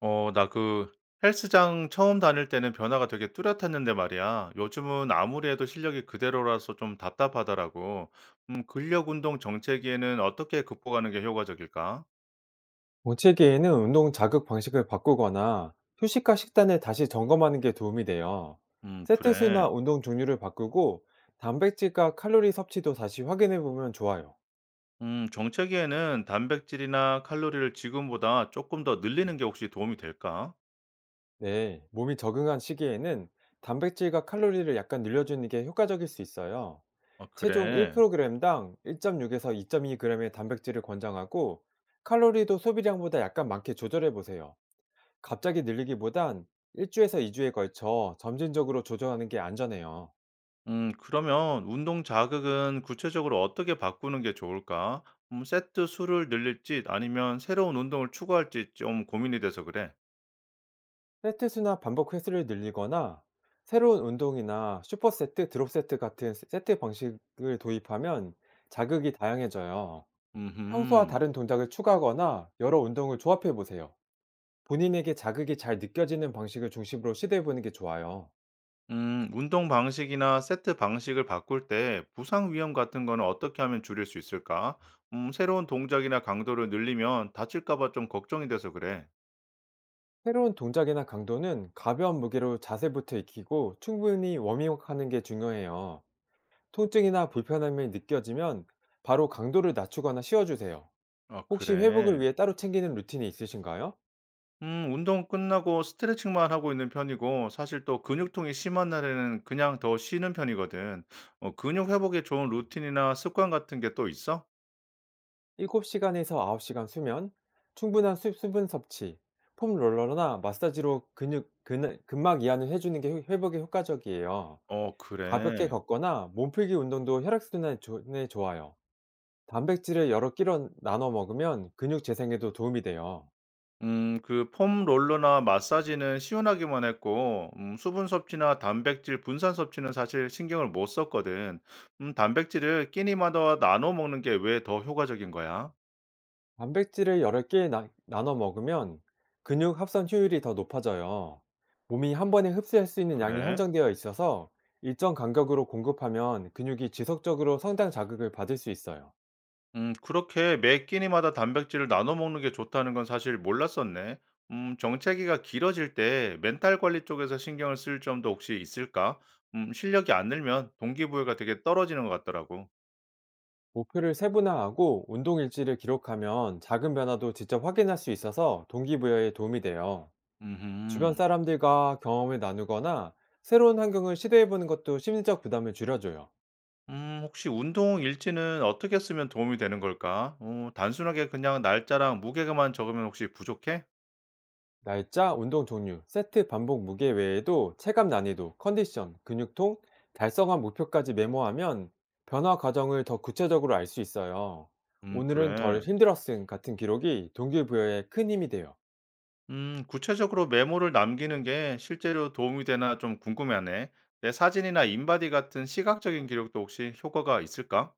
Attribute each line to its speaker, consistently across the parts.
Speaker 1: 나 그 헬스장 처음 다닐 때는 변화가 되게 뚜렷했는데 말이야. 요즘은 아무리 해도 실력이 그대로라서 좀 답답하더라고. 근력 운동 정체기에는 어떻게 극복하는 게 효과적일까?
Speaker 2: 정체기에는 운동 자극 방식을 바꾸거나 휴식과 식단을 다시 점검하는 게 도움이 돼요. 세트
Speaker 1: 그래.
Speaker 2: 수나 운동 종류를 바꾸고 단백질과 칼로리 섭취도 다시 확인해 보면 좋아요.
Speaker 1: 정체기에는 단백질이나 칼로리를 지금보다 조금 더 늘리는 게 혹시 도움이 될까?
Speaker 2: 네, 몸이 적응한 시기에는 단백질과 칼로리를 약간 늘려주는 게 효과적일 수 있어요.
Speaker 1: 아,
Speaker 2: 체중
Speaker 1: 그래.
Speaker 2: 1kg당 1.6에서 2.2g의 단백질을 권장하고 칼로리도 소비량보다 약간 많게 조절해 보세요. 갑자기 늘리기보단 1주에서 2주에 걸쳐 점진적으로 조절하는 게 안전해요.
Speaker 1: 그러면 운동 자극은 구체적으로 어떻게 바꾸는 게 좋을까? 세트 수를 늘릴지 아니면 새로운 운동을 추구할지 좀 고민이 돼서 그래.
Speaker 2: 세트 수나 반복 횟수를 늘리거나 새로운 운동이나 슈퍼 세트, 드롭 세트 같은 세트 방식을 도입하면 자극이 다양해져요. 평소와
Speaker 1: 음흠.
Speaker 2: 다른 동작을 추가하거나 여러 운동을 조합해 보세요. 본인에게 자극이 잘 느껴지는 방식을 중심으로 시도해 보는 게 좋아요.
Speaker 1: 운동 방식이나 세트 방식을 바꿀 때 부상 위험 같은 거는 어떻게 하면 줄일 수 있을까? 새로운 동작이나 강도를 늘리면 다칠까 봐 좀 걱정이 돼서 그래.
Speaker 2: 새로운 동작이나 강도는 가벼운 무게로 자세부터 익히고 충분히 워밍업하는 게 중요해요. 통증이나 불편함이 느껴지면 바로 강도를 낮추거나 쉬어주세요.
Speaker 1: 아,
Speaker 2: 혹시 회복을
Speaker 1: 그래.
Speaker 2: 위해 따로 챙기는 루틴이 있으신가요?
Speaker 1: 운동 끝나고 스트레칭만 하고 있는 편이고 사실 또 근육통이 심한 날에는 그냥 더 쉬는 편이거든. 근육 회복에 좋은 루틴이나 습관 같은 게 또 있어?
Speaker 2: 7시간에서 9시간 수면, 충분한 분 섭취, 폼 롤러나 마사지로 근육, 근막 이완을 해주는 게 회복에 효과적이에요.
Speaker 1: 어,
Speaker 2: 가볍게
Speaker 1: 그래.
Speaker 2: 걷거나 몸풀기 운동도 혈액순환에 에 좋아요. 단백질을 여러 끼로 나눠 먹으면 근육 재생에도 도움이 돼요.
Speaker 1: 그 폼 롤러나 마사지는 시원하기만 했고 수분 섭취나 단백질 분산 섭취는 사실 신경을 못 썼거든. 단백질을 끼니마다 나눠 먹는 게 왜 더 효과적인 거야?
Speaker 2: 단백질을 여러 끼 나눠 먹으면 근육 합선 효율이 더 높아져요. 몸이 한 번에 흡수할 수 있는 양이
Speaker 1: 그래?
Speaker 2: 한정되어 있어서 일정 간격으로 공급하면 근육이 지속적으로 성장 자극을 받을 수 있어요.
Speaker 1: 그렇게 매 끼니마다 단백질을 나눠 먹는 게 좋다는 건 사실 몰랐었네. 정체기가 길어질 때 멘탈 관리 쪽에서 신경을 쓸 점도 혹시 있을까? 실력이 안 늘면 동기부여가 되게 떨어지는 것 같더라고.
Speaker 2: 목표를 세분화하고 운동 일지를 기록하면 작은 변화도 직접 확인할 수 있어서 동기부여에 도움이 돼요. 주변
Speaker 1: 음흠.
Speaker 2: 사람들과 경험을 나누거나 새로운 환경을 시도해보는 것도 심리적 부담을 줄여줘요.
Speaker 1: 혹시 운동 일지는 어떻게 쓰면 도움이 되는 걸까? 단순하게 그냥 날짜랑 무게만 적으면 혹시 부족해?
Speaker 2: 날짜, 운동 종류, 세트 반복 무게 외에도 체감 난이도, 컨디션, 근육통, 달성한 목표까지 메모하면 변화 과정을 더 구체적으로 알 수 있어요. 오늘은 덜
Speaker 1: 그래.
Speaker 2: 힘들었음 같은 기록이 동기부여에 큰 힘이 돼요.
Speaker 1: 구체적으로 메모를 남기는 게 실제로 도움이 되나 좀 궁금하네. 내 사진이나 인바디 같은 시각적인 기록도 혹시 효과가 있을까?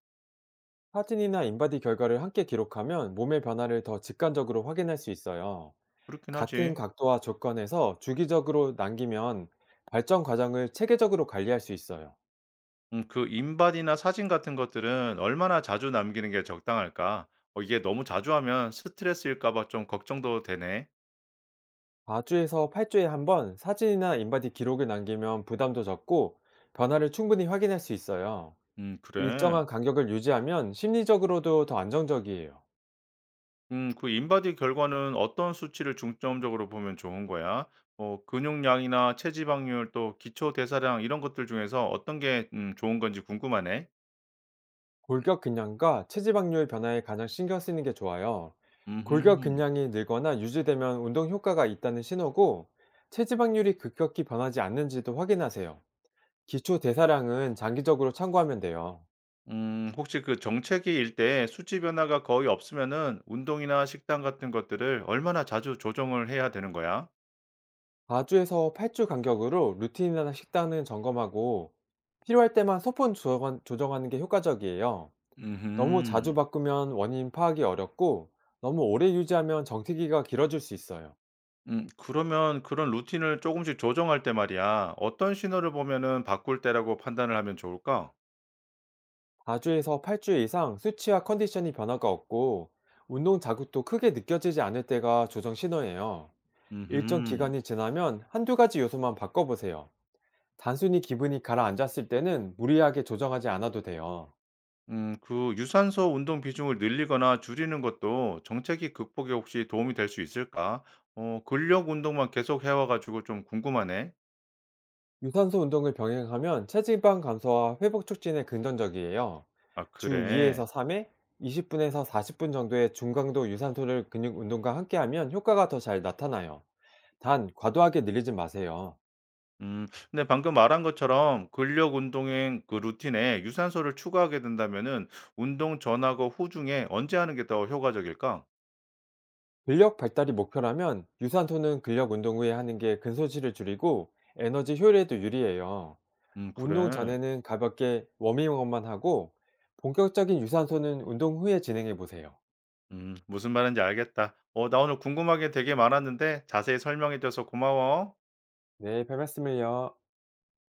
Speaker 2: 사진이나 인바디 결과를 함께 기록하면 몸의 변화를 더 직관적으로 확인할 수 있어요.
Speaker 1: 그렇긴
Speaker 2: 같은
Speaker 1: 하지.
Speaker 2: 각도와 조건에서 주기적으로 남기면 발전 과정을 체계적으로 관리할 수 있어요.
Speaker 1: 그 인바디나 사진 같은 것들은 얼마나 자주 남기는 게 적당할까? 이게 너무 자주 하면 스트레스일까 봐 좀 걱정도 되네.
Speaker 2: 4주에서 8주에 한번 사진이나 인바디 기록을 남기면 부담도 적고 변화를 충분히 확인할 수 있어요.
Speaker 1: 그래.
Speaker 2: 일정한 간격을 유지하면 심리적으로도 더 안정적이에요.
Speaker 1: 그 인바디 결과는 어떤 수치를 중점적으로 보면 좋은 거야? 근육량이나 체지방률 또 기초 대사량 이런 것들 중에서 어떤 게 좋은 건지 궁금하네.
Speaker 2: 골격근량과 체지방률 변화에 가장 신경 쓰는 게 좋아요.
Speaker 1: 음,
Speaker 2: 골격근량이 늘거나 유지되면 운동 효과가 있다는 신호고, 체지방률이 급격히 변하지 않는지도 확인하세요. 기초 대사량은 장기적으로 참고하면 돼요.
Speaker 1: 혹시 그 정체기일 때 수치 변화가 거의 없으면은 운동이나 식단 같은 것들을 얼마나 자주 조정을 해야 되는 거야?
Speaker 2: 4주에서 8주 간격으로 루틴이나 식단은 점검하고, 필요할 때만 소폰 조정하는 게 효과적이에요. 너무 자주
Speaker 1: 음.
Speaker 2: 바꾸면 원인 파악이 어렵고, 너무 오래 유지하면 정체기가 길어질 수 있어요.
Speaker 1: 그러면 그런 루틴을 조금씩 조정할 때 말이야. 어떤 신호를 보면은 바꿀 때라고 판단을 하면 좋을까?
Speaker 2: 4주에서 8주 이상 수치와 컨디션이 변화가 없고 운동 자극도 크게 느껴지지 않을 때가 조정 신호예요. 일정
Speaker 1: 음
Speaker 2: 기간이 지나면 한두 가지 요소만 바꿔보세요. 단순히 기분이 가라앉았을 때는 무리하게 조정하지 않아도 돼요.
Speaker 1: 그 유산소 운동 비중을 늘리거나 줄이는 것도 정체기 극복에 혹시 도움이 될 수 있을까? 근력 운동만 계속 해와가지고 좀 궁금하네.
Speaker 2: 유산소 운동을 병행하면 체지방 감소와 회복 촉진에 긍정적이에요.
Speaker 1: 아,
Speaker 2: 주
Speaker 1: 그래.
Speaker 2: 2회에서 3회, 20분에서 40분 정도의 중강도 유산소를 근육 운동과 함께하면 효과가 더 잘 나타나요. 단, 과도하게 늘리지 마세요.
Speaker 1: 근데 방금 말한 것처럼 근력 운동의 그 루틴에 유산소를 추가하게 된다면은 운동 전하고 후 중에 언제 하는 게 더 효과적일까?
Speaker 2: 근력 발달이 목표라면 유산소는 근력 운동 후에 하는 게 근소지를 줄이고 에너지 효율에도 유리해요. 운동
Speaker 1: 그래.
Speaker 2: 전에는 가볍게 워밍업만 하고 본격적인 유산소는 운동 후에 진행해 보세요.
Speaker 1: 무슨 말인지 알겠다. 나 오늘 궁금하게 되게 많았는데 자세히 설명해줘서 고마워.
Speaker 2: 네, 별 말씀을요.